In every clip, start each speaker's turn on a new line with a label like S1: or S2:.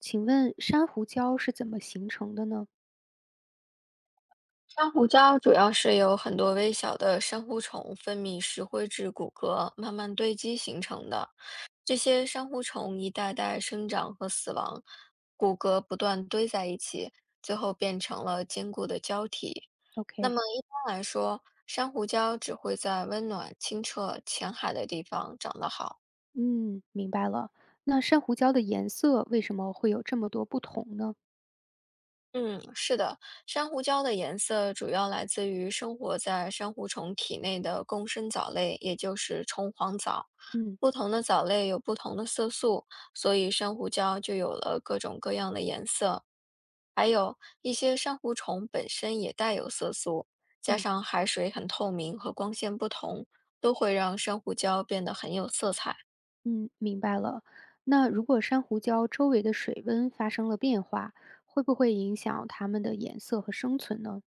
S1: 请问珊瑚礁是怎么形成的呢
S2: 珊瑚礁主要是由很多微小的珊瑚虫分泌石灰质骨骼慢慢堆积形成的。这些珊瑚虫一代代生长和死亡，骨骼不断堆在一起，最后变成了坚固的胶体。那
S1: ？OK，
S2: 么一般来说，珊瑚礁只会在温暖、清澈、浅海的地方长得好。
S1: 嗯，明白了。那珊瑚礁的颜色为什么会有这么多不同呢？
S2: 嗯，是的，珊瑚礁的颜色主要来自于生活在珊瑚虫体内的共生藻类，也就是虫黄藻。
S1: 嗯
S2: 不同的藻类有不同的色素，所以珊瑚礁就有了各种各样的颜色。还有一些珊瑚虫本身也带有色素，加
S1: 嗯
S2: 上海水很透明和光线不同，都会让珊瑚礁变得很有色彩。
S1: 嗯，明白了。那如果珊瑚礁周围的水温发生了变化，会不会影响它们的颜色和生存呢？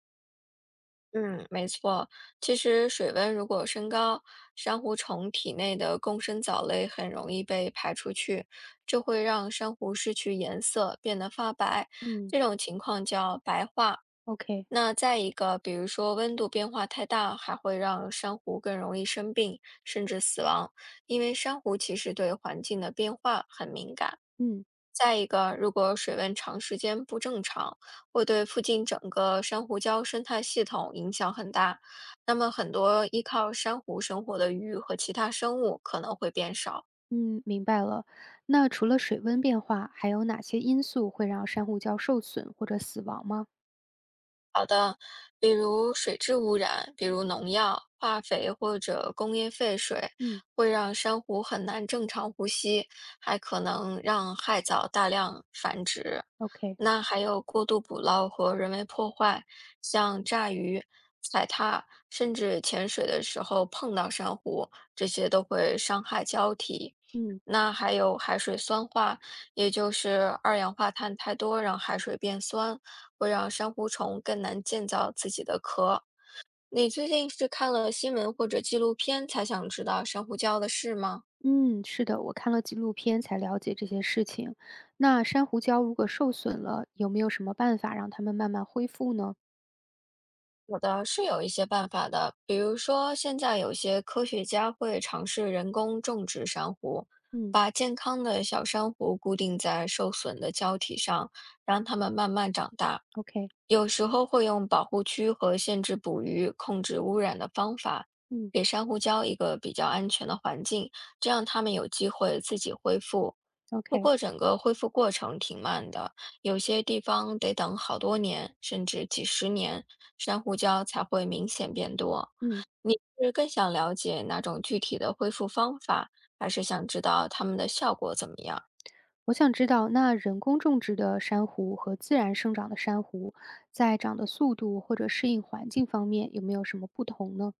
S2: 嗯，没错。其实水温如果升高，珊瑚虫体内的共生藻类很容易被排出去，这会让珊瑚失去颜色，变得发白。
S1: 嗯
S2: 这种情况叫白化。
S1: ，OK，
S2: 那再一个，比如说温度变化太大，还会让珊瑚更容易生病，甚至死亡，因为珊瑚其实对环境的变化很敏感。
S1: 嗯
S2: 再一个，如果水温长时间不正常，会对附近整个珊瑚礁生态系统影响很大。那么，很多依靠珊瑚生活的鱼和其他生物可能会变少。
S1: 嗯，明白了。那除了水温变化，还有哪些因素会让珊瑚礁受损或者死亡吗？
S2: 比如水质污染，比如农药、化肥或者工业废水，
S1: 嗯
S2: 会让珊瑚很难正常呼吸，还可能让海藻大量繁殖。
S1: ，OK，
S2: 那还有过度捕捞和人为破坏，像炸鱼、踩踏，甚至潜水的时候碰到珊瑚，这些都会伤害胶体。
S1: 嗯。
S2: 那还有海水酸化，也就是二氧化碳太多让海水变酸，会让珊瑚虫更难建造自己的壳。你最近是看了新闻或者纪录片才想知道珊瑚礁的事吗？
S1: 嗯，是的，我看了纪录片才了解这些事情。那珊瑚礁如果受损了，有没有什么办法让它们慢慢恢复呢？
S2: 有的是有一些办法的，比如说现在有些科学家会尝试人工种植珊瑚，
S1: 嗯
S2: 把健康的小珊瑚固定在受损的胶体上，让它们慢慢长大。
S1: ，OK，
S2: 有时候会用保护区和限制捕鱼、控制污染的方法，
S1: 嗯
S2: 给珊瑚礁一个比较安全的环境，这样它们有机会自己恢复。不
S1: ，OK，
S2: 过整个恢复过程挺慢的，有些地方得等好多年，甚至几十年，珊瑚礁才会明显变多。
S1: 嗯，
S2: 你是更想了解哪种具体的恢复方法，还是想知道它们的效果怎么样？
S1: 我想知道，那人工种植的珊瑚和自然生长的珊瑚，在长的速度或者适应环境方面有没有什么不同呢？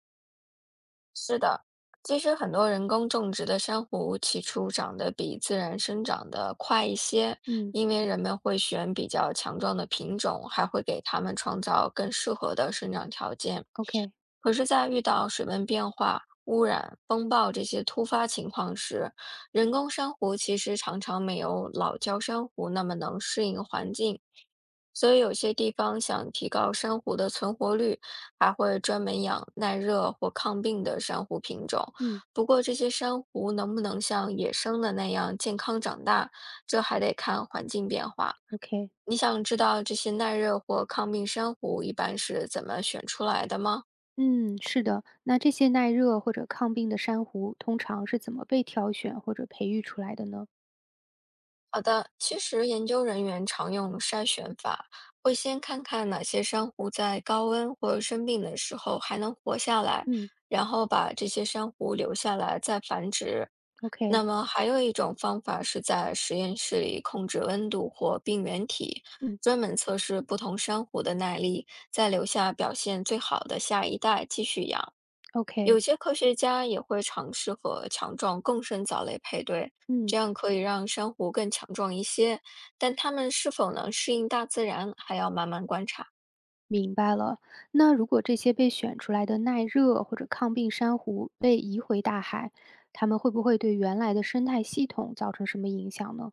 S2: 是的，其实很多人工种植的珊瑚起初长得比自然生长的快一些，
S1: 嗯
S2: 因为人们会选比较强壮的品种，还会给它们创造更适合的生长条件。
S1: ，OK，
S2: 可是，在遇到水温变化、污染、风暴这些突发情况时，人工珊瑚其实常常没有老礁珊瑚那么能适应环境。所以，有些地方想提高珊瑚的存活率，还会专门养耐热或抗病的珊瑚品种。
S1: 嗯
S2: 不过，这些珊瑚能不能像野生的那样健康长大，这还得看环境变化。
S1: ，OK，
S2: 你想知道这些耐热或抗病珊瑚一般是怎么选出来的吗？
S1: 嗯，是的。那这些耐热或者抗病的珊瑚，通常是怎么被挑选或者培育出来的呢？
S2: 好的，其实研究人员常用筛选法，会先看看哪些珊瑚在高温或生病的时候还能活下来，
S1: 嗯
S2: 然后把这些珊瑚留下来再繁殖。
S1: ，OK，
S2: 那么还有一种方法是在实验室里控制温度或病原体，
S1: 嗯。
S2: 专门测试不同珊瑚的耐力，再留下表现最好的下一代继续养。
S1: OK，
S2: 有些科学家也会尝试和强壮共生藻类配对，这
S1: 嗯，
S2: 样可以让珊瑚更强壮一些。但它们是否能适应大自然，还要慢慢观察。
S1: 明白了。那如果这些被选出来的耐热或者抗病珊瑚被移回大海，它们会不会对原来的生态系统造成什么影响呢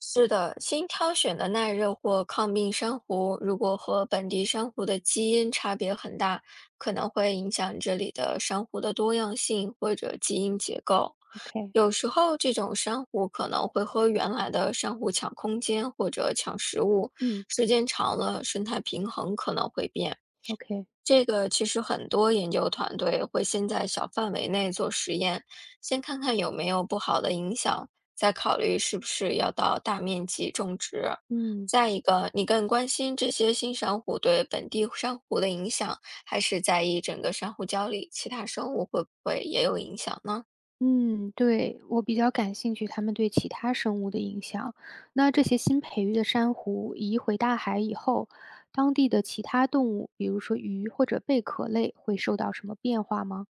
S2: 是的，新挑选的耐热或抗病珊瑚，如果和本地珊瑚的基因差别很大，可能会影响这里的珊瑚的多样性或者基因结构。
S1: ？OK，
S2: 有时候这种珊瑚可能会和原来的珊瑚抢空间或者抢食物，
S1: 嗯
S2: 时间长了生态平衡可能会变。
S1: ，OK，
S2: 这个其实很多研究团队会先在小范围内做实验，先看看有没有不好的影响，再考虑是不是要到大面积种植。
S1: 嗯
S2: 再一个，你更关心这些新珊瑚对本地珊瑚的影响，还是在意整个珊瑚礁里其他生物会不会也有影响呢？
S1: 嗯，对，我比较感兴趣它们对其他生物的影响。那这些新培育的珊瑚移回大海以后，当地的其他动物，比如说鱼或者贝壳类，会受到什么变化吗？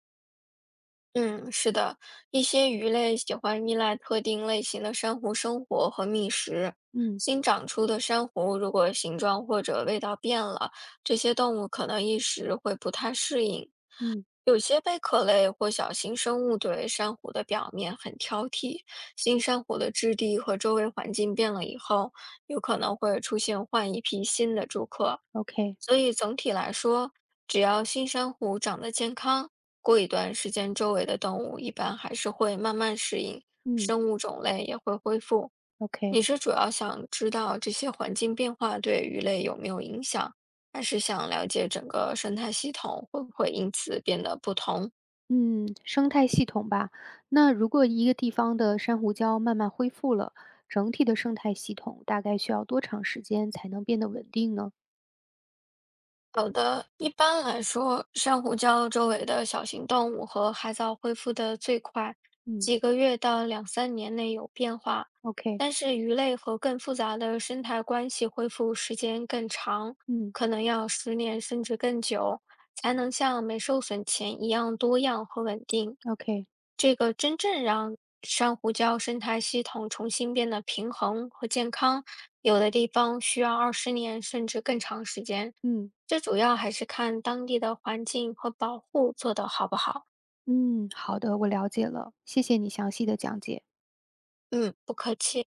S2: 嗯，是的，一些鱼类喜欢依赖特定类型的珊瑚生活和觅食。
S1: 嗯
S2: 新长出的珊瑚如果形状或者味道变了，这些动物可能一时会不太适应。
S1: 嗯
S2: 有些贝壳类或小型生物对珊瑚的表面很挑剔，新珊瑚的质地和周围环境变了以后，有可能会出现换一批新的住客。
S1: ，OK，
S2: 所以总体来说，只要新珊瑚长得健康，过一段时间，周围的动物一般还是会慢慢适应，
S1: 嗯
S2: 生物种类也会恢复。
S1: ，OK。
S2: 你是主要想知道这些环境变化对鱼类有没有影响，还是想了解整个生态系统会不会因此变得不同？
S1: 嗯，生态系统吧。那如果一个地方的珊瑚礁慢慢恢复了，整体的生态系统大概需要多长时间才能变得稳定呢？
S2: 好的，一般来说，珊瑚礁周围的小型动物和海藻恢复得最快，
S1: 嗯
S2: 几个月到两三年内有变化。
S1: ，OK，
S2: 但是鱼类和更复杂的生态关系恢复时间更长，
S1: 嗯
S2: 可能要十年甚至更久，才能像没受损前一样多样和稳定。
S1: ，OK，
S2: 这个真正让珊瑚礁生态系统重新变得平衡和健康，有的地方需要20年甚至更长时间。
S1: 嗯
S2: 这主要还是看当地的环境和保护做得好不好。
S1: 嗯，好的，我了解了，谢谢你详细的讲解。
S2: 嗯，不客气。